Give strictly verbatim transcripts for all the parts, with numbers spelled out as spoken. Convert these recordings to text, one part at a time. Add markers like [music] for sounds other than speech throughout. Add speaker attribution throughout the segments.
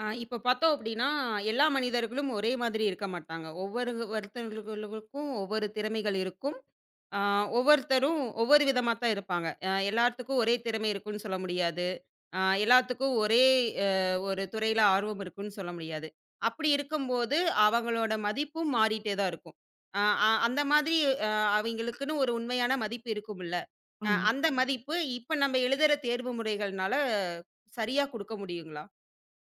Speaker 1: ஆ இப்ப பார்த்தோம் அப்படின்னா, எல்லா மனிதர்களும் ஒரே மாதிரி இருக்க மாட்டாங்க. ஒவ்வொரு ஒருத்தர்களுக்கும் ஒவ்வொரு திறமைகள் இருக்கும். ஆ ஒவ்வொருத்தரும் ஒவ்வொரு விதமா தான் இருப்பாங்க. அ எல்லாத்துக்கும் ஒரே திறமை இருக்குன்னு சொல்ல முடியாது. ஆ எல்லாத்துக்கும் ஒரே அ ஒரு துறையில ஆர்வம் இருக்குன்னு சொல்ல முடியாது. அப்படி இருக்கும்போது, அவங்களோட மதிப்பும் மாறிட்டே தான் இருக்கும். அ அ அந்த மாதிரி அ அவைங்களுக்குன்னு ஒரு உண்மையான மதிப்பு இருக்கும்ல. அ
Speaker 2: ஆமா.
Speaker 1: அந்த மதிப்பு இப்ப நம்ம எழுதுற தேர்வு முறைகள்னால சரியா குடுக்க முடியுங்களா?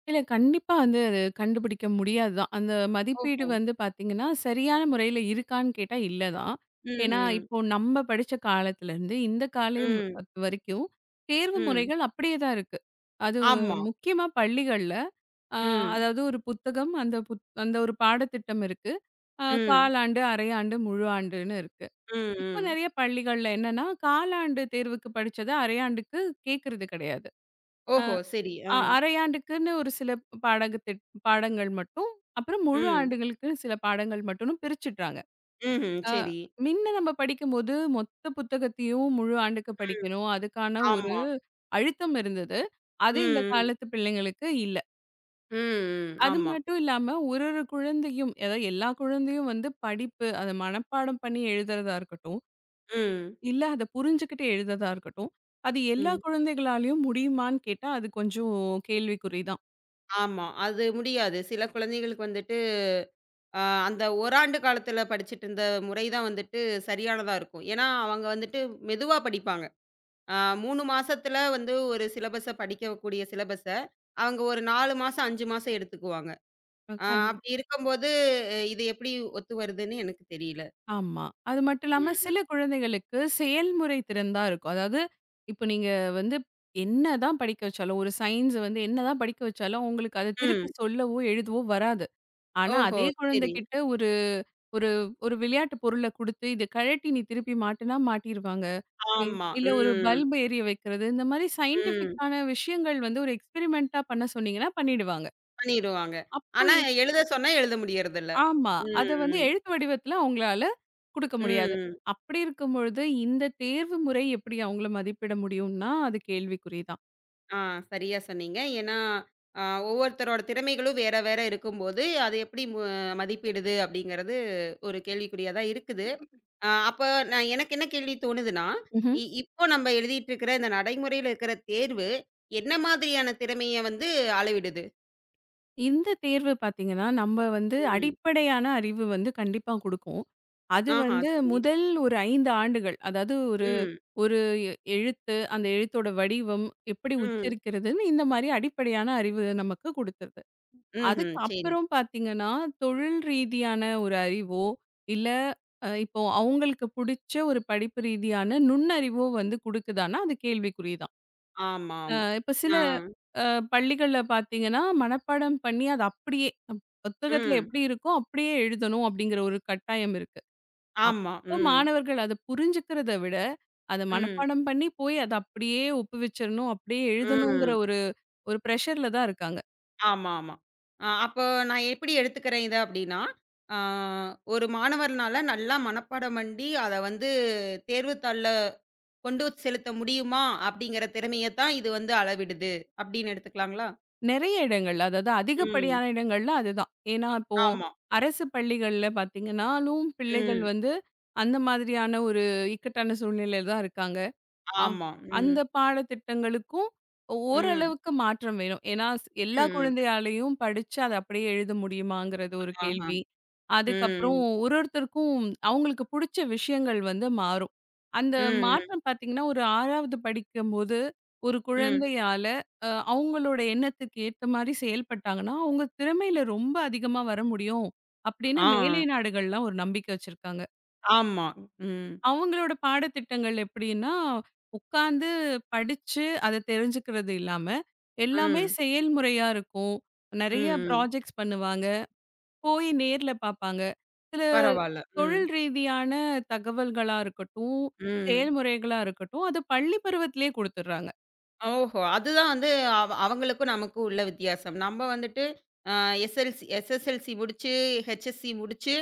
Speaker 2: இல்ல கண்டிப்பா வந்து அது கண்டுபிடிக்க முடியாது தான். அந்த மதிப்பீடு
Speaker 1: ஓஹோ!
Speaker 2: வந்து பார்த்தீங்கன்னா, சரியான முறையில இருக்கான்னு கேட்டா இல்ல தான். ஏன்னா,
Speaker 1: ம்ஹ்ம்.
Speaker 2: இப்போ நம்ம படிச்ச காலத்துலருந்து இந்த காலம்
Speaker 1: ம்.
Speaker 2: வரைக்கும் தேர்வு
Speaker 1: ம்.
Speaker 2: முறைகள் அப்படியே தான் இருக்கு. அது
Speaker 1: ஆமா.
Speaker 2: முக்கியமா பள்ளிகள்ல, அ
Speaker 1: ம்.
Speaker 2: அதாவது ஒரு புத்தகம், அந்த புத் அந்த ஒரு பாடத்திட்டம் இருக்கு. அ
Speaker 1: ம்.
Speaker 2: காலாண்டு, அரையாண்டு, முழு ஆண்டுன்னு இருக்கு.
Speaker 1: ம்.
Speaker 2: இப்போ
Speaker 1: ம்.
Speaker 2: நெறைய பள்ளிகள்ல என்னன்னா, காலாண்டு தேர்வுக்கு படிச்சத அரையாண்டுக்கு கேட்கறது கிடையாது.
Speaker 1: ஓஹோ! சரி. ஆ.
Speaker 2: அ அரையாண்டுக்குன்னு ஒரு சில பாடகத்திட் பாடங்கள் மட்டும், அப்புறம் முழு
Speaker 1: ம்.
Speaker 2: ஆண்டுகளுக்கு சில பாடங்கள் மட்டும்னு பிரிச்சுட்டாங்க.
Speaker 1: ம்ஹ்ம்.
Speaker 2: அ
Speaker 1: சரி.
Speaker 2: மின்ன நம்ம படிக்கும்போது மொத்த புத்தகத்தையும் முழு ஆண்டுக்கு
Speaker 1: ம்.
Speaker 2: படிக்கணும். அதுக்கான ஒரு
Speaker 1: ஆமா.
Speaker 2: அழுத்தம் இருந்தது. அது இந்த
Speaker 1: ம்.
Speaker 2: காலத்து பிள்ளைங்களுக்கு இல்ல.
Speaker 1: ம். ம். ம்.
Speaker 2: அது
Speaker 1: ஆமா.
Speaker 2: மட்டும் இல்லாம ஒரு ஒரு குழந்தையும், அதாவது எல்லா குழந்தையும் வந்து படிப்பு, அத மனப்பாடம் பண்ணி எழுதுறதா இருக்கட்டும்,
Speaker 1: ம்.
Speaker 2: இல்ல அத புரிஞ்சுகிட்டு எழுதுறதா இருக்கட்டும், அது எல்லா
Speaker 1: ம்.
Speaker 2: குழந்தைகளாலயும் முடியுமான்னு கேட்டா, அது கொஞ்சம் கேள்விக்குறி தான்.
Speaker 1: ஆமா. அது முடியாது. சில குழந்தைகளுக்கு வந்துட்டு, அ அந்த ஓராண்டு காலத்துல படிச்சுட்டு இருந்த முறை தான் வந்துட்டு சரியானதா இருக்கும். ஏன்னா, அவங்க வந்துட்டு மெதுவா படிப்பாங்க. அ மூன்று மாசத்துல வந்து ஒரு சிலபஸ படிக்கக்கூடிய சிலபஸ, அவங்க ஒரு நாலு மாசம், அஞ்சு மாசம் எடுத்துக்குவாங்க.
Speaker 2: அ
Speaker 1: ஆ
Speaker 2: கண்
Speaker 1: அப்படி இருக்கும்போது, இது எப்படி ஒத்து வருதுன்னு எனக்கு தெரியல.
Speaker 2: ஆமா. அது மட்டும் இல்லாம சில
Speaker 1: ம்.
Speaker 2: குழந்தைகளுக்கு செயல்முறை திறன் தான் இருக்கும். அதாவது இப்ப நீங்க வந்து என்னதான் படிக்க வச்சாலும், ஒரு சயன்ஸ் வந்து என்னதான் படிக்க வச்சாலும், உங்களுக்கு அத திருப்பி
Speaker 1: ம்.
Speaker 2: சொல்லவோ, எழுதவோ வராது. ஆனா
Speaker 1: ஓஹோ!
Speaker 2: அதே
Speaker 1: சரி.
Speaker 2: குழந்தைகிட்ட ஒரு ஒரு ஒரு விளையாட்டு பொருள குடுத்து, இத கழட்டி நீ திருப்பி மாட்டுனா மாட்டிருவாங்க. இ
Speaker 1: ஆமா.
Speaker 2: இல்ல ஒரு
Speaker 1: ம்.
Speaker 2: பல்ப் எரிய வைக்கிறது. இந்த மாரி
Speaker 1: ம்.
Speaker 2: சயன்டிஃபிக்கான விஷயங்கள் வந்து ஒரு எக்ஸ்பெரிமென்ட்டா பண்ண சொன்னீங்கன்னா பண்ணிடுவாங்க.
Speaker 1: பண்ணிருவாங்க.
Speaker 2: அப்போ
Speaker 1: ஆனா எழுத சொன்னா எழுத முடியறதில்ல.
Speaker 2: ஆமா.
Speaker 1: ம்.
Speaker 2: அத வந்து
Speaker 1: ம்.
Speaker 2: எழுத்து வடிவத்துல அவங்களால குடுக்க முடியாது.
Speaker 1: ம்.
Speaker 2: அப்படி இருக்கும் பொழுது, இந்த தேர்வு முறை எப்படி அவங்கள மதிப்பிட முடியும்னா, அது கேள்விக்குறி தான்.
Speaker 1: ஆ சரியா சொன்னீங்க. ஏன்னா, அ ஒவ்வொருத்தரோட திறமைகளும் வேற வேற இருக்கும்போது, அது எப்படி மு மதிப்பிடுது அப்படிங்கிறது ஒரு கேள்விக்குறியா தான் இருக்குது. ஆ அப்ப நான் எனக்கு என்ன கேள்வி தோணுதுன்னா,
Speaker 2: ம்ஹ்ம்.
Speaker 1: இ இப்போ நம்ப எழுதிட்டு இருக்கிற இந்த நடைமுறையில இருக்கிற தேர்வு, என்ன மாதிரியான திறமைய வந்து அளவிடுது?
Speaker 2: இந்த தேர்வு பார்த்தீங்கன்னா, நம்ம வந்து
Speaker 1: ம்.
Speaker 2: அடிப்படையான அறிவு வந்து கண்டிப்பா குடுக்கும். அது
Speaker 1: ஆஹா,
Speaker 2: வந்து
Speaker 1: சரி.
Speaker 2: முதல் ஒரு ஐந்து ஆண்டுகள், அதாவது ஒரு
Speaker 1: ம்,
Speaker 2: ஒரு எ எழுத்து, அந்த எழுத்தோட வடிவம், எப்படி
Speaker 1: ம்,
Speaker 2: உச்சரிக்கிறதுன்னு இந்த மாரி அடிப்படையான அறிவு நமக்கு குடுத்தது. அதுக்கு
Speaker 1: ம்ஹ்ம். சரி.
Speaker 2: அப்புறம் பார்த்தீங்கன்னா, தொழில் ரீதியான ஒரு அறிவோ, இல்ல அ இப்போ அவங்களுக்கு புடிச்ச ஒரு படிப்பு ரீதியான நுண்ணறிவோ வந்து குடுக்குதான்னா, அது கேள்விக்குறி தான்.
Speaker 1: ஆமா,
Speaker 2: அ
Speaker 1: ஆமா.
Speaker 2: இப்ப சில
Speaker 1: ஆ,
Speaker 2: அ பள்ளிகள்ல பார்த்தீங்கன்னா, மனப்பாடம் பண்ணி அது அப்படியே அஹ், புத்தகத்துல
Speaker 1: ம்.
Speaker 2: எப்படி இருக்கோ, அப்படியே எழுதணும் அப்படிங்கிற ஒரு கட்டாயம் இருக்கு.
Speaker 1: ஆமா.
Speaker 2: அப்ப
Speaker 1: ம்,
Speaker 2: மாணவர்கள் அத புரிஞ்சுக்கிறத விட, அத
Speaker 1: ம்,
Speaker 2: மனப்பாடம் பண்ணி போய் அத அப்படியே ஒப்புவிச்சிரணும், அப்படியே எழுதணுங்கிற
Speaker 1: ம்.
Speaker 2: ஒரு ஒரு பிரஷர்ல தான் இருக்காங்க.
Speaker 1: ஆமா, ஆமா. அ அப்போ நான் எப்படி எடுத்துக்கிறேன் இத அப்படின்னா, ஆ ஒரு மாணவர்னால நல்லா மனப்பாடம் பண்ணி, அத வந்து தேர்வுத்தாள்ல கொண்டு செலுத்த முடியுமா? அப்படிங்கிற திறமைய தான் இது வந்து அளவிடுது, அப்படின்னு எடுத்துக்கலாங்களா?
Speaker 2: நிறைய இடங்கள்ல, அதாவது
Speaker 1: ம்.
Speaker 2: அதிகப்படியான இடங்கள்ல அதுதான். ஏன்னா, இப்போ
Speaker 1: ஆமா.
Speaker 2: அரசு பள்ளிகள்ல பார்த்தீங்கன்னாலும், பிள்ளைகள்
Speaker 1: ம்.
Speaker 2: வந்து அந்த மாதிரியான ஒரு இக்கட்டான சூழ்நிலையில தான் இருக்காங்க. அ
Speaker 1: ஆமா. ம்.
Speaker 2: அந்த பாடத்திட்டங்களுக்கும் ஒ-
Speaker 1: ம்.
Speaker 2: ஓரளவுக்கு மாற்றம் வேணும். ஏன்னா, ஸ் எல்லா
Speaker 1: ம்.
Speaker 2: குழந்தையாலயும் படிச்சு அத அப்படியே எழுத முடியுமாங்கிறது ஒரு
Speaker 1: ஆஹ.
Speaker 2: கேள்வி. அதுக்கப்புறம்
Speaker 1: ம்.
Speaker 2: ஒரு ஒருத்தருக்கும் அவங்களுக்கு புடிச்ச விஷயங்கள் வந்து மாறும். அந்த
Speaker 1: ம்.
Speaker 2: மாற்றம் பார்த்தீங்கன்னா, ஒரு ஆறாவது படிக்கும்போது ஒரு
Speaker 1: ம்.
Speaker 2: குழந்தையால அ அவங்களோட எண்ணத்துக்கு ஏத்த மாரி செயல்பட்டாங்கன்னா, அவங்க திறமையில ரொம்ப அதிகமா வர முடியும் அப்படின்னு
Speaker 1: ஆ.
Speaker 2: மேலை நாடுகள்லாம் ஒரு நம்பிக்கை வச்சிருக்காங்க.
Speaker 1: ஆமா. ம்.
Speaker 2: அவங்களோட பாடத்திட்டங்கள் எப்படின்னா, உட்கார்ந்து படிச்சு அத தெரிஞ்சுக்கிறது இல்லாம, எல்லாமே
Speaker 1: ம்.
Speaker 2: செயல்முறையா இருக்கும். நெறைய
Speaker 1: ம்.
Speaker 2: ப்ராஜெக்ட்ஸ் பண்ணுவாங்க. போய் நேர்ல பார்ப்பாங்க. சில
Speaker 1: பரவால்ல. ம்.
Speaker 2: தொழில் ரீதியான தகவல்களா இருக்கட்டும்,
Speaker 1: ம்.
Speaker 2: செயல்முறைகளா இருக்கட்டும், அது பள்ளி பருவத்திலேயே குடுத்துடுறாங்க.
Speaker 1: ஓஹோ! அதுதான் வந்து அவ அவங்களுக்கும் நமக்கும் உள்ள வித்தியாசம். நம்ம வந்துட்டு அ எஸ்எல்சி எஸ்எஸ்எல்சி முடிச்சு, ஹெச்எஸ்சி முடிச்சு,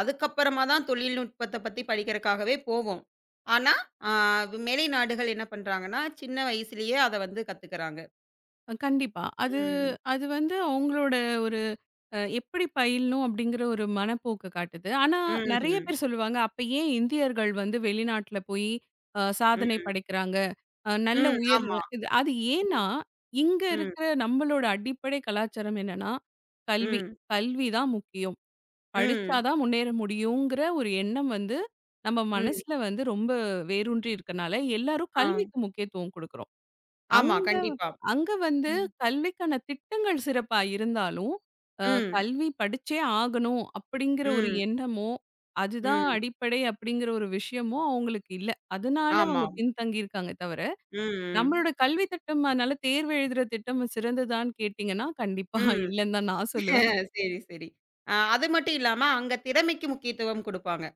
Speaker 1: அதுக்கப்புறமா தான் தொழில்நுட்பத்த பத்தி படிக்கிறக்காகவே போவோம். ஆனா, அ மேலை நாடுகள் என்ன பண்றாங்கன்னா, சின்ன வயசுலயே அத வந்து கத்துக்கிறாங்க.
Speaker 2: கண்டிப்பா. அது
Speaker 1: ம்.
Speaker 2: அது வந்து அவங்களோட ஒரு அ எப்படி பயிலணும் அப்படிங்கிற ஒரு மனப்போக்க காட்டுது. ஆனா,
Speaker 1: ம்ஹ்ம்.
Speaker 2: நெறைய பேர் சொல்லுவாங்க, அப்ப ஏன் இந்தியர்கள் வந்து வெளிநாட்டுல போய் அ
Speaker 1: ம்.
Speaker 2: சாதனை படைக்கிறாங்க? அ நல்ல
Speaker 1: ம்.
Speaker 2: உயர்
Speaker 1: ஆமா.
Speaker 2: இது அது ஏன்னா,
Speaker 1: ம்.
Speaker 2: இங்க
Speaker 1: ம்.
Speaker 2: இருக்கிற நம்மளோட அடிப்படை கலாச்சாரம் என்னன்னா, கல்வி.
Speaker 1: ம்.
Speaker 2: கல்வி தான் முக்கியம். படிச்சா தான் முன்னேற முடியுங்கிற ஒரு எண்ணம் வந்து, நம்ம
Speaker 1: ம்.
Speaker 2: மனசுல வந்து ரொம்ப வேரூன்றி இருக்கனால, எல்லாரும்
Speaker 1: ஆ.
Speaker 2: கல்விக்கு முக்கியத்துவம் குடுக்குறோம்.
Speaker 1: ஆமா.
Speaker 2: அங்க
Speaker 1: கண்டிப்பா.
Speaker 2: அங்க வந்து
Speaker 1: ம்.
Speaker 2: கல்விக்கான திட்டங்கள் சிறப்பா இருந்தாலும், அ
Speaker 1: ம்.
Speaker 2: கல்வி படிச்சே ஆகணும் அப்படிங்கிற ஒரு
Speaker 1: ம்.
Speaker 2: எண்ணமோ, அதுதான்
Speaker 1: ம்.
Speaker 2: அடிப்படை அப்படிங்கிற ஒரு விஷயமோ அவங்களுக்கு இல்ல. அதனால
Speaker 1: ஆமா.
Speaker 2: அவங்க பின்தங்கியிருக்காங்க தவிர,
Speaker 1: ம். ம்.
Speaker 2: நம்மளோட கல்வி திட்டம் அதனால தேர்வு எழுதுற திட்டம் சிறந்ததான்னு கேட்டீங்கன்னா, கண்டிப்பா
Speaker 1: ம்.
Speaker 2: இல்லன்னு தான் நான்
Speaker 1: அ
Speaker 2: சொல்லுவேன்.
Speaker 1: சரி, சரி. அ அது மட்டும் இல்லாம அங்க திறமைக்கு முக்கியத்துவம் குடுப்பாங்க.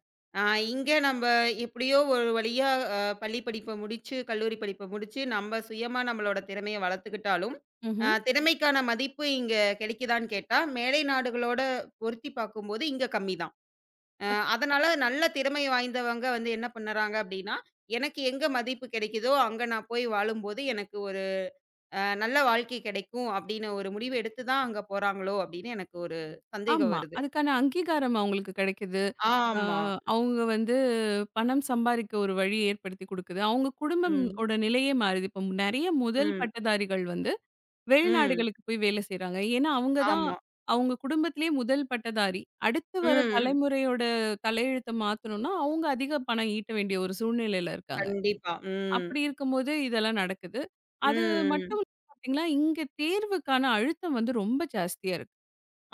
Speaker 1: அ இங்க நம்ப எப்படியோ ஒரு வழியா அ பள்ளி படிப்ப முடிச்சு, கல்லூரி படிப்ப முடிச்சு, நம்ம சுயமா நம்மளோட திறமைய வளர்த்துக்கிட்டாலும், அ
Speaker 2: ம்ஹ்ம்.
Speaker 1: திறமைக்கான மதிப்பு இங்க கிடைக்குதான்னு கேட்டா, மேலை நாடுகளோட பொருத்தி பார்க்கும்போது இங்க கம்மி தான். அ அதனால நல்ல திறமை வாய்ந்தவங்க வந்து என்ன பண்ணறாங்க அப்படின்னா, எனக்கு எங்க மதிப்பு கிடைக்குதோ, அங்க நான் போய் வாழும்போது எனக்கு ஒரு அ நல்ல வாழ்க்கை கிடைக்கும் அப்படின்னு ஒரு முடிவு எடுத்து தான் அங்க போறாங்களோ அப்படின்னு எனக்கு ஒரு சந்தேகம்
Speaker 2: ஆமா.
Speaker 1: வருது.
Speaker 2: அதுக்கான அங்கீகாரம் அவங்களுக்கு கிடைக்குது. ஆ
Speaker 1: ஆமா.
Speaker 2: அவங்க வந்து பணம் சம்பாரிக்க ஒரு வழி ஏற்படுத்தி குடுக்குது. அவங்க குடும்பம்
Speaker 1: ம்.
Speaker 2: ஓட நிலையே மாறுது. இப்போ நெறைய முதல்
Speaker 1: ம்.
Speaker 2: பட்டதாரிகள் வந்து
Speaker 1: ம்.
Speaker 2: வெளிநாடுகளுக்கு போய் வேலை செய்றாங்க. ஏன்னா, அவங்க தான்
Speaker 1: ஆமா.
Speaker 2: அவங்க குடும்பத்திலேயே முதல் பட்டதாரி. அடுத்து வர
Speaker 1: ம்.
Speaker 2: தலைமுறையோட தலையெழுத்த மாத்தணும்னா, அவங்க அதிக பணம் ஈட்ட வேண்டிய ஒரு சூழ்நிலையில இருக்காங்க.
Speaker 1: கண்டிப்பா. ம்.
Speaker 2: அப்படி இருக்கும்போது இதெல்லாம் நடக்குது. அது
Speaker 1: ம்.
Speaker 2: மட்டும் இல்லாம பார்த்தீங்கன்னா, இங்க தேர்வுக்கான அழுத்தம் வந்து ரொம்ப ஜாஸ்தியா இருக்கு.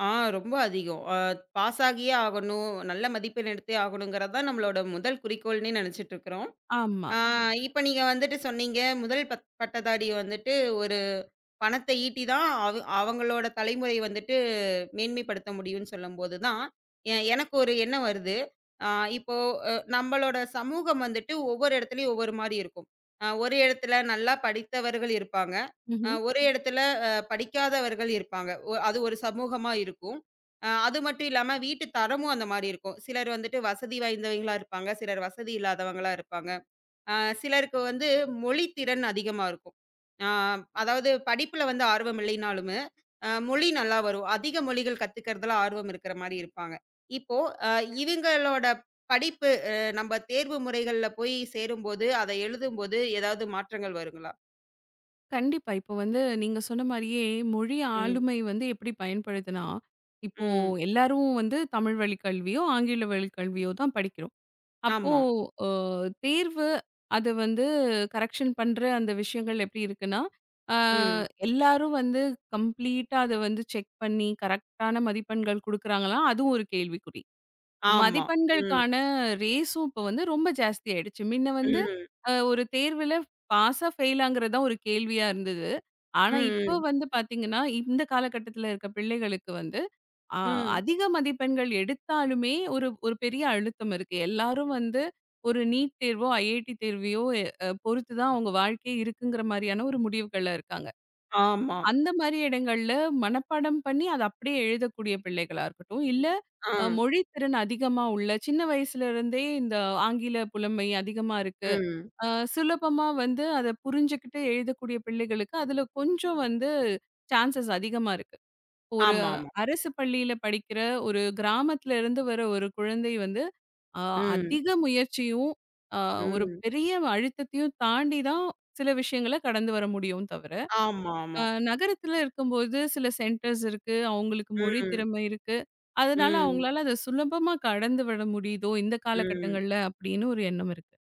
Speaker 1: ஆ ரொம்ப அதிகம். அ பாஸ் ஆகியே ஆகணும், நல்ல மதிப்பெண் எடுத்தே ஆகணுங்கிறது தான் நம்மளோட முதல் குறிக்கோள்னே நினைச்சுட்டு இருக்கிறோம்.
Speaker 2: ஆமா.
Speaker 1: ஆ இப்ப நீங்க வந்துட்டு சொன்னீங்க, முதல் பட் பட்டதாரி வந்துட்டு ஒரு பணத்தை ஈட்டி தான் அவ் அவங்களோட தலைமுறை வந்துட்டு மேன்மைப்படுத்த முடியும்ன்னு சொல்லும்போது தான், எ எனக்கு ஒரு எண்ணம் வருது. அ இப்போ அ நம்பளோட சமூகம் வந்துட்டு ஒவ்வொரு இடத்துலயும் ஒவ்வொரு மாரி இருக்கும். அ ஒரு இடத்துல நல்லா படித்தவர்கள் இருப்பாங்க. அ
Speaker 2: ம்ஹ்ம்.
Speaker 1: ஒரு ம். இடத்துல அ படிக்காதவர்கள் இருப்பாங்க. ஒ அது ஒரு சமூகமா இருக்கும். அ அது மட்டும் இல்லாம வீட்டு தரமும் அந்த மாரி இருக்கும். சிலர் வந்துட்டு வசதி வாய்ந்தவைங்களா இருப்பாங்க. சிலர் வசதி இல்லாதவங்களா இருப்பாங்க. அ சிலருக்கு வந்து மொழி திறன் அதிகமா இருக்கும். அ அதாவது படிப்புல வந்து ஆர்வம் இல்லைனாலுமே, அ மொழி நல்லா வரும். அதிக மொழிகள் கத்துக்கிறதுல ஆர்வம் இருக்கிற மாரி இருப்பாங்க. இப்போ அ இவங்களோட படிப்பு அ நம்ம தேர்வு முறைகள்ல போய் சேரும்போது, அத எழுதும்போது ஏதாவது மாற்றங்கள் வருங்களா?
Speaker 2: கண்டிப்பா. இப்போ வந்து நீங்க சொன்ன மாரியே மொழி
Speaker 1: ம்,
Speaker 2: ஆளுமை வந்து எப்படி பயன்படுதுன்னா, இப்போ
Speaker 1: ம்.
Speaker 2: எல்லாரும் வந்து தமிழ் வழி கல்வியோ, ஆங்கில வழி கல்வியோ தான் படிக்கிறோம். அப்போ
Speaker 1: ஆமா.
Speaker 2: அ தேர்வு அது வந்து கரெக்ஷன் பண்ற அந்த விஷயங்கள் எப்படி இருக்குன்னா, அ
Speaker 1: ம்.
Speaker 2: எல்லாரும் வந்து கம்ப்ளீட்டா அத வந்து செக் பண்ணி கரெக்ட்டான மதிப்பெண்கள் குடுக்குறாங்களா? அதுவும் ஒரு கேள்விக்குறி.
Speaker 1: ஆமா. ம்,
Speaker 2: மதிப்பெண்களுக்கான ரேஸும் இப்ப வந்து ரொம்ப ஜாஸ்தி ஆயிடுச்சு. முன்ன வந்து
Speaker 1: ம்,
Speaker 2: அ ஒரு தேர்வுல பாஸா, ஃபெயிலாங்கிறது தான் ஒரு கேள்வியா இருந்தது. ஆனா, இப்ப
Speaker 1: ம்,
Speaker 2: வந்து பாத்தீங்கன்னா, இந்த காலகட்டத்தில இருக்க பிள்ளைகளுக்கு வந்து அ
Speaker 1: ம், ம்.
Speaker 2: அதிக மதிப்பெண்கள் எடுத்தாலுமே ஒரு ஒரு பெரிய அழுத்தம் இருக்கு. எல்லாரும் வந்து ஒரு நீட் தேர்வோ, ஐஐடி தேர்வையோ அ பொறுத்து தான் அவங்க வாழ்க்கையே இருக்குங்கிற மாரியான ஒரு முடிவுகள்ல இருக்காங்க.
Speaker 1: ஆமா.
Speaker 2: அந்த மாரி இடங்கள்ல மனப்பாடம் பண்ணி, அத அப்படியே எழுதக்கூடிய பிள்ளைகளா இருக்கட்டும், இல்ல
Speaker 1: ஆ,
Speaker 2: அ மொழி திறன் அதிகமா உள்ள சின்ன வயசுல இருந்தே இந்த ஆங்கில புலமை அதிகமா இருக்கு.
Speaker 1: ம்.
Speaker 2: அ சுலபமா வந்து அத புரிஞ்சுகிட்டு எழுதக்கூடிய பிள்ளைகளுக்கு அதுல கொஞ்சம் வந்து சான்சஸ் அதிகமா இருக்கு. ஒரு
Speaker 1: ஆமாமா.
Speaker 2: அரசு பள்ளியில படிக்கிற ஒரு கிராமத்துல இருந்து வர ஒரு குழந்தை வந்து அ
Speaker 1: ம்,
Speaker 2: அதிக முயற்சியும், அ ஒரு
Speaker 1: ம்.
Speaker 2: பெரிய அழுத்தத்தையும் தாண்டி தான் சில விஷயங்கள கடந்து வர முடியும் தவிர. அ
Speaker 1: ஆமாமா.
Speaker 2: நகரத்துல இருக்கும்போது சில சென்டர்ஸ் இருக்கு. அவங்களுக்கு மொழி
Speaker 1: ம்,
Speaker 2: திறமை இருக்கு. அதனால
Speaker 1: ம்.
Speaker 2: அவங்களால அத சுலபமா கடந்து விட முடியுதோ, இந்த
Speaker 1: ம்.
Speaker 2: காலகட்டங்கள்ல அப்படின்னு ஒரு எண்ணம் இருக்கு.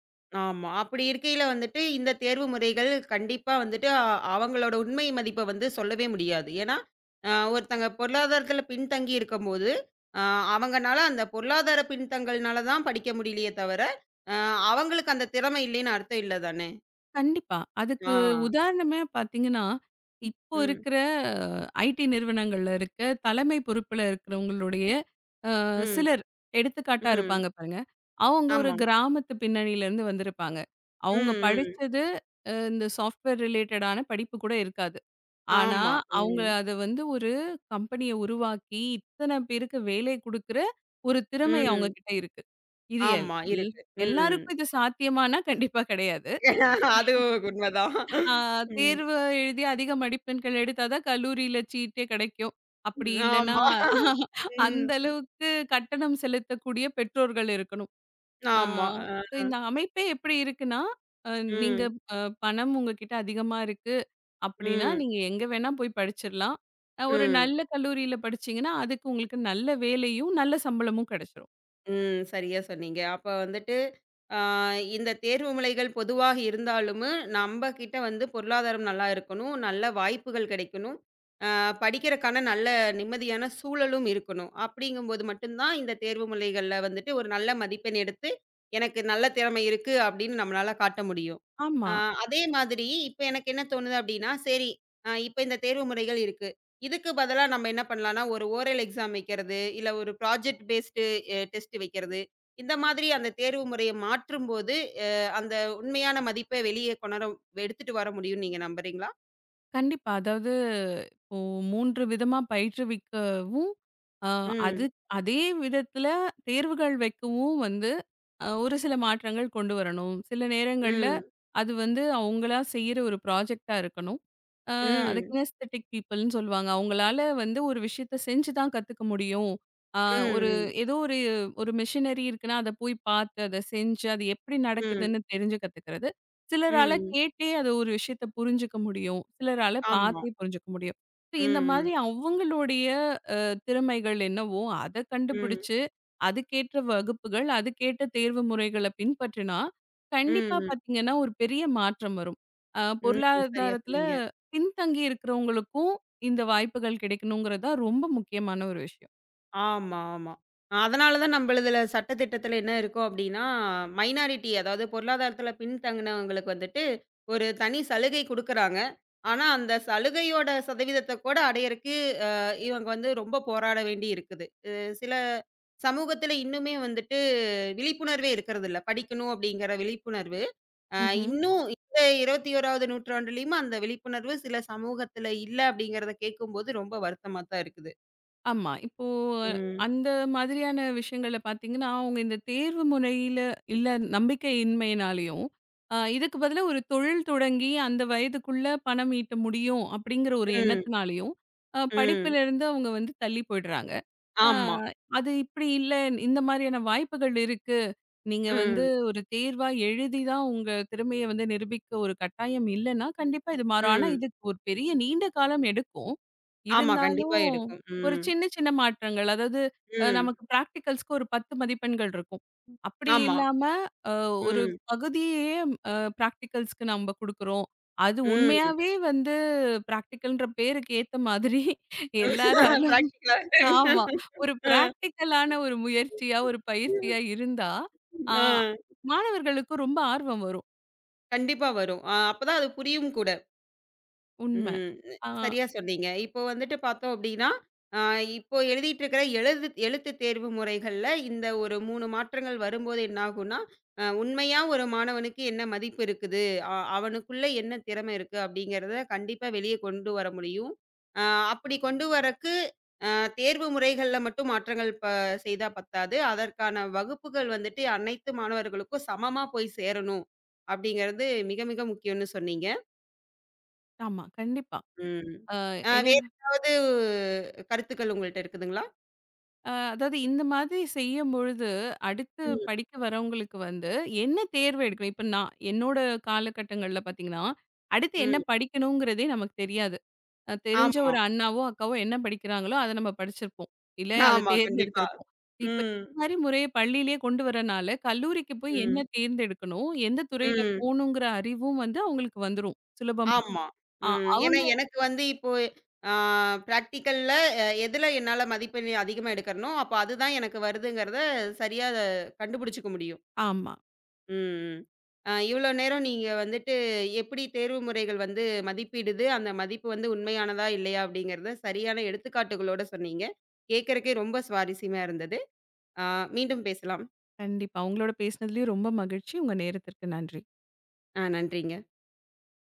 Speaker 1: ஆமா. அப்படி இருக்கையில வந்துட்டு, இந்த தேர்வு முறைகள் கண்டிப்பா வந்துட்டு அ அவங்களோட உண்மை மதிப்ப வந்து சொல்லவே முடியாது. ஏன்னா, அ ஒருத்தங்க பொருளாதாரத்தில பின்தங்கி இருக்கும்போது, அ அவங்கனால அந்த பொருளாதார பின்தங்கல்னால தான் படிக்க முடியலையே தவிர, அ அவங்களுக்கு அந்த திறமை இல்லைன்னு அர்த்தம் இல்ல தானே?
Speaker 2: கண்டிப்பா. அதுக்கு
Speaker 1: ஆ.
Speaker 2: உதாரணமே பார்த்தீங்கன்னா, இப்போ
Speaker 1: ம்.
Speaker 2: இருக்கிற ஐடி நிறுவனங்கள்ல இருக்க தலைமை பொறுப்புல இருக்கிறவங்களுடைய அ
Speaker 1: ம்.
Speaker 2: சிலர் எடுத்துக்காட்டா
Speaker 1: ம்.
Speaker 2: இருப்பாங்க பாருங்க. அவங்க ஒரு
Speaker 1: ஆமா.
Speaker 2: கிராமத்து பின்னணியிலேருந்து வந்திருப்பாங்க.
Speaker 1: ம்.
Speaker 2: அவங்க
Speaker 1: ம்.
Speaker 2: படிச்சது அ இந்த சாஃப்ட்வேர் ரிலேட்டடான படிப்பு கூட இருக்காது. ஆனா,
Speaker 1: ஆமா.
Speaker 2: அவங்க
Speaker 1: ம்.
Speaker 2: அத வந்து ஒரு கம்பெனிய உருவாக்கி, இத்தன பேருக்கு வேலை குடுக்குற ஒரு திறமை அவங்க
Speaker 1: ம்.
Speaker 2: கிட்ட இருக்கு. இது எல்
Speaker 1: ஆமா.
Speaker 2: எல்
Speaker 1: இருக்கு. ம்.
Speaker 2: எல்லாருக்கும் இது சாத்தியமானா கண்டிப்பா கிடையாது.
Speaker 1: [laughs] அது உண்மதான்.
Speaker 2: ஆ
Speaker 1: ம்.
Speaker 2: தேர்வு எழுதி அதிக மதிப்பெண்கள் எடுத்தா தான் கல்லூரியில சீட்டே கிடைக்கும். அப்படி இல்லன்னா
Speaker 1: ஆமா.
Speaker 2: [laughs]
Speaker 1: ம்.
Speaker 2: அந்த அளவுக்கு கட்டணம் செலுத்தக்கூடிய பெற்றோர்கள் இருக்கணும். ஆ
Speaker 1: ஆமா. அ.
Speaker 2: இந்த அமைப்பே எப்படி இருக்குன்னா, அ நீங்க
Speaker 1: ம்.
Speaker 2: அ பணம் உங்ககிட்ட அதிகமா இருக்கு அப்படின்னா,
Speaker 1: ம்.
Speaker 2: நீங்க எங்க வேணா போய் படிச்சிரலாம். அ ஒரு
Speaker 1: ம்.
Speaker 2: நல்ல கல்லூரியில படிச்சீங்கன்னா, அதுக்கு உங்களுக்கு நல்ல வேலையும், நல்ல சம்பளமும் கிடைச்சிரும்.
Speaker 1: ம். சரியா சொன்னீங்க. அப்ப வந்துட்டு, ஆ இந்த தேர்வு முலைகள் பொதுவாக இருந்தாலும், நம்ப கிட்ட வந்து பொருளாதாரம் நல்லா இருக்கணும், நல்ல வாய்ப்புகள் கிடைக்கணும், ஆ படிக்கிறக்கான நல்ல நிம்மதியான சூழலும் இருக்கணும். அப்படிங்கும்போது மட்டும் தான் இந்த தேர்வு முலைகள்ல வந்துட்டு ஒரு நல்ல மதிப்பெண் எடுத்து, எனக்கு நல்ல திறமை இருக்கு அப்படின்னு நம்மளால காட்ட முடியும்.
Speaker 2: ஆமா.
Speaker 1: ஆ அதே மாதிரி இப்ப எனக்கு என்ன தோணுது அப்படின்னா, சரி, அ இப்ப இந்த தேர்வு முறைகள் இருக்கு. இதுக்கு பதிலா நம்ம என்ன பண்ணலாம்னா, ஒரு ஓரல் எக்ஸாம் வைக்கிறது, இல்ல ஒரு ப்ராஜெக்ட் பேஸ்டு அ டெஸ்ட் வைக்கிறது. இந்த மாதிரி அந்த தேர்வு முறைய மாற்றும்போது, அ அந்த உண்மையான மதிப்பை வெளியே கொணர எடுத்துட்டு வர முடியும்னு நீங்க நம்புறீங்களா?
Speaker 2: கண்டிப்பா. அதாவது இப்போ மூன்று விதமா பயிற்றுவிக்கவும், அ அது
Speaker 1: ம்,
Speaker 2: அதே விதத்தில தேர்வுகள் வைக்கவும் வந்து அ ஒரு சில மாற்றங்கள் கொண்டு வரணும். சில நேரங்கள்ல
Speaker 1: ம்,
Speaker 2: அது வந்து அவங்களா செய்ற ஒரு ப்ராஜெக்ட்டா இருக்கணும். அ அது
Speaker 1: ம்,
Speaker 2: கினஸ்தெடிக் பீப்பிள்ன்னு சொல்லுவாங்க. அவங்களால வந்து ஒரு விஷயத்த செஞ்சு தான் கத்துக்க முடியும். அ
Speaker 1: ம்,
Speaker 2: ஒரு
Speaker 1: ம்,
Speaker 2: ஏதோ ஒரு ஒரு மிஷினரி இருக்குன்னா, அத போய் பார்த்து, அத செஞ்சு, அது எப்படி
Speaker 1: ம்,
Speaker 2: நடக்குதுன்னு தெரிஞ்சு கத்துக்கிறது. சிலரால
Speaker 1: ம்.
Speaker 2: கேட்டே அது ஒரு விஷயத்த புரிஞ்சுக்க முடியும். சிலரால
Speaker 1: ஆமா.
Speaker 2: பார்த்தே புரிஞ்சுக்க முடியும். இப்ப இந்த
Speaker 1: ம்,
Speaker 2: மாதிரி
Speaker 1: ம்,
Speaker 2: அவங்களுடைய அ திறமைகள் என்னவோ, அத
Speaker 1: ம்,
Speaker 2: கண்டுபிடிச்சு, அதுக்கேற்ற வகுப்புகள், அதுக்கேற்ற தேர்வு முறைகள பின்பற்றினா,
Speaker 1: ம்,
Speaker 2: கண்டிப்பா
Speaker 1: ம்.
Speaker 2: பார்த்தீங்கன்னா, ஒரு பெரிய மாற்றம் வரும். அ
Speaker 1: ம். சரியா
Speaker 2: பொருளாதாரத்துல
Speaker 1: சொன்னீங்க.
Speaker 2: பின்தங்கி இருக்கிறவங்களுக்கும் இந்த வாய்ப்புகள் கிடைக்கணுங்கிறது தான் ரொம்ப முக்கியமான ஒரு விஷயம்.
Speaker 1: ஆமா, ஆமா. அதனால தான் நம்ம இதுல சட்டதிட்டத்துல என்ன இருக்கும் அப்டின்னா, மைனாரிட்டி அதாவது பொருளாதாரத்துல பின்தங்கினவங்களுக்கு வந்துட்டு, ஒரு தனி சலுகை குடுக்குறாங்க. ஆனா, அந்த சலுகையோட சதவீதத்த கூட அடையறக்கு இவங்க வந்து ரொம்ப போராட வேண்டி இருக்குது. அ சில சமூகத்துல இன்னுமே வந்துட்டு விழிப்புணர்வே இருக்கறதில்ல. படிக்கணும் அப்டிங்கிற விழிப்புணர்வு. அ
Speaker 2: ம்ஹ்ம்.
Speaker 1: இன்னும் இந்த இருபத்தி ஒன்றாவது நூற்றாண்டுலயும் அந்த விழிப்புணர்வு சில சமூகத்துல இல்ல அப்டிங்கிறத கேட்கும்போது ரொம்ப வருத்தமா தான் இருக்குது.
Speaker 2: ஆமா. இப்போ
Speaker 1: ம்.
Speaker 2: அந்த மாதிரியான விஷயங்கள்ல பார்த்தீங்கன்னா, அவங்க இந்த தேர்வு முறையில இல்ல நம்பிக்கையின்மையினாலயும், அ இதுக்கு பதிலா ஒரு தொழில் தொடங்கி அந்த வயதுக்குள்ள பணம் ஈட்ட முடியும் அப்படிங்கிற ஒரு
Speaker 1: ம்,
Speaker 2: எண்ணத்தினாலயும், அ
Speaker 1: ம்.
Speaker 2: படிப்பிலிருந்து அவங்க வந்து தள்ளி போயிடுறாங்க. அ
Speaker 1: ஆமா.
Speaker 2: அது இப்படி இல்ல, இந்த மாதிரியான வாய்ப்புகள் இருக்கு. நீங்க வந்து
Speaker 1: ம்.
Speaker 2: ஒரு தேர்வா எழுதி தான் உங்க திறமைய வந்து நிரூபிக்க ஒரு கட்டாயம் இல்லன்னா, கண்டிப்பா இது மாறும். ஆனா
Speaker 1: ம்.
Speaker 2: இதுக்கு ஒரு பெரிய நீண்ட காலம் எடுக்கும்.
Speaker 1: ஆமா. கண்டிப்பா
Speaker 2: இருந்தாலும்
Speaker 1: எடுக்கும்.
Speaker 2: ஒரு
Speaker 1: ம்.
Speaker 2: சின்ன சின்ன மாற்றங்கள். அதாவது அ
Speaker 1: ம்.
Speaker 2: நமக்கு பிராக்டிகல்ஸ்க்கு ஒரு பத்து மதிப்பெண்கள் இருக்கும். அப்படி
Speaker 1: ஆமா.
Speaker 2: இல்லாம அ ஒரு
Speaker 1: ம்.
Speaker 2: பகுதியே அ பிராக்டிகல்ஸ்க்கு நம்ப குடுக்குறோம். அது
Speaker 1: ம்.
Speaker 2: உண்மையாவே வந்து பிராக்டிகல்ன்ற பேருக்கு ஏத்த மாதிரி எல்லாராலும் [laughs]
Speaker 1: பிராக்டிகலா.
Speaker 2: ஆமா. ஒரு
Speaker 1: அ.
Speaker 2: பிராக்டிகலான ஒரு முயற்சியா, ஒரு பயிற்சியா இருந்தா, ஆ
Speaker 1: அ.
Speaker 2: மாணவர்களுக்கு ரொம்ப ஆர்வம் வரும்.
Speaker 1: கண்டிப்பா வரும். அ அப்பதான் அது புரியும் கூட.
Speaker 2: உண்ம.
Speaker 1: ம்.
Speaker 2: ஆ
Speaker 1: சரியா சொன்னீங்க. இப்போ வந்துட்டு பார்த்தோம் அப்டின்னா, அ இப்போ எழுதிட்டு இருக்கிற எழுது எழுத்து தேர்வு முறைகள்ல இந்த ஒரு மூன்று மாற்றங்கள் வரும்போது என்ன ஆகும்னா, அ உண்மையா ஒரு மாணவனுக்கு என்ன மதிப்பு இருக்குது? அ அவனுக்குள்ள என்ன திறமை இருக்கு? அப்டிங்கிறத கண்டிப்பா வெளிய கொண்டு வர முடியும். அ அப்படி கொண்டு வரக்கு அ தேர்வு முறைகள்ல மட்டும் மாற்றங்கள் ப செய்தா பத்தாது. அதற்கான வகுப்புகள் வந்துட்டு அனைத்து மாணவர்களுக்கும் சமமா போய் சேரணும். அப்படிங்கிறது மிக மிக முக்கியம்னு சொன்னீங்க.
Speaker 2: ஆமா. கண்டிப்பா.
Speaker 1: ம்.
Speaker 2: அ
Speaker 1: அ
Speaker 2: என்ன
Speaker 1: வேற ஏதாவது கருத்துக்கள் உங்கள்ட்ட இருக்குதுங்களா?
Speaker 2: அ அதாவது இந்த மாதிரி செய்யும்பொழுது, அடுத்து
Speaker 1: ம்.
Speaker 2: படிக்க வரவங்களுக்கு வந்து என்ன தேர்வு எடுக்கணும்? இப்ப நான் என்னோட காலகட்டங்கள்ல பார்த்தீங்கன்னா, அடுத்து என்ன
Speaker 1: ம்.
Speaker 2: படிக்கணுங்கிறதே நமக்கு தெரியாது. அ தெரிஞ்ச
Speaker 1: ஆமா.
Speaker 2: ஒரு அண்ணாவோ, அக்காவோ என்ன படிக்கிறாங்களோ, அத நம்ம படிச்சிருப்போம். இல்ல அத
Speaker 1: ஆமா. கண்டிப்பா.
Speaker 2: தேர்ந்தெடுத்திருப்போம். இப்ப இந்த
Speaker 1: ம்.
Speaker 2: மாரி முறைய பள்ளியிலேயே கொண்டு வரனால, கல்லூரிக்கு போய் என்ன
Speaker 1: ம்.
Speaker 2: தேர்ந்தெடுக்கணும்? எந்த துறையில
Speaker 1: ம்.
Speaker 2: போணுங்கிற அறிவும் வந்து அவங்களுக்கு வந்துரும். சுலபமா.
Speaker 1: ஆமா.
Speaker 2: அ
Speaker 1: ம். ஏன்னா
Speaker 2: அவங்க
Speaker 1: எனக்கு வந்து இப்போ ஆ பிராக்டிகல்ல அ எதுல என்னால மதிப்பெண் அதிகமா எடுக்கிறனோ, அப்ப அதுதான் எனக்கு வருதுங்கிறத சரியா கண்டுபிடிச்சுக்க முடியும்.
Speaker 2: ஆமா.
Speaker 1: ம். அ இவ்வளோ நேரம் நீங்க வந்துட்டு எப்படி தேர்வு முறைகள் வந்து மதிப்பிடுது, அந்த மதிப்பு வந்து உண்மையானதா, இல்லையா அப்படிங்கிறத சரியான எடுத்துக்காட்டுகளோட சொன்னீங்க. கேட்கறக்கே ரொம்ப சுவாரஸ்யமா இருந்தது. அ மீண்டும் பேசலாம்.
Speaker 2: கண்டிப்பா. உங்களோட பேசினதுலயும் ரொம்ப மகிழ்ச்சி. உங்க நேரத்திற்கு நன்றி.
Speaker 1: அ நன்றிங்க.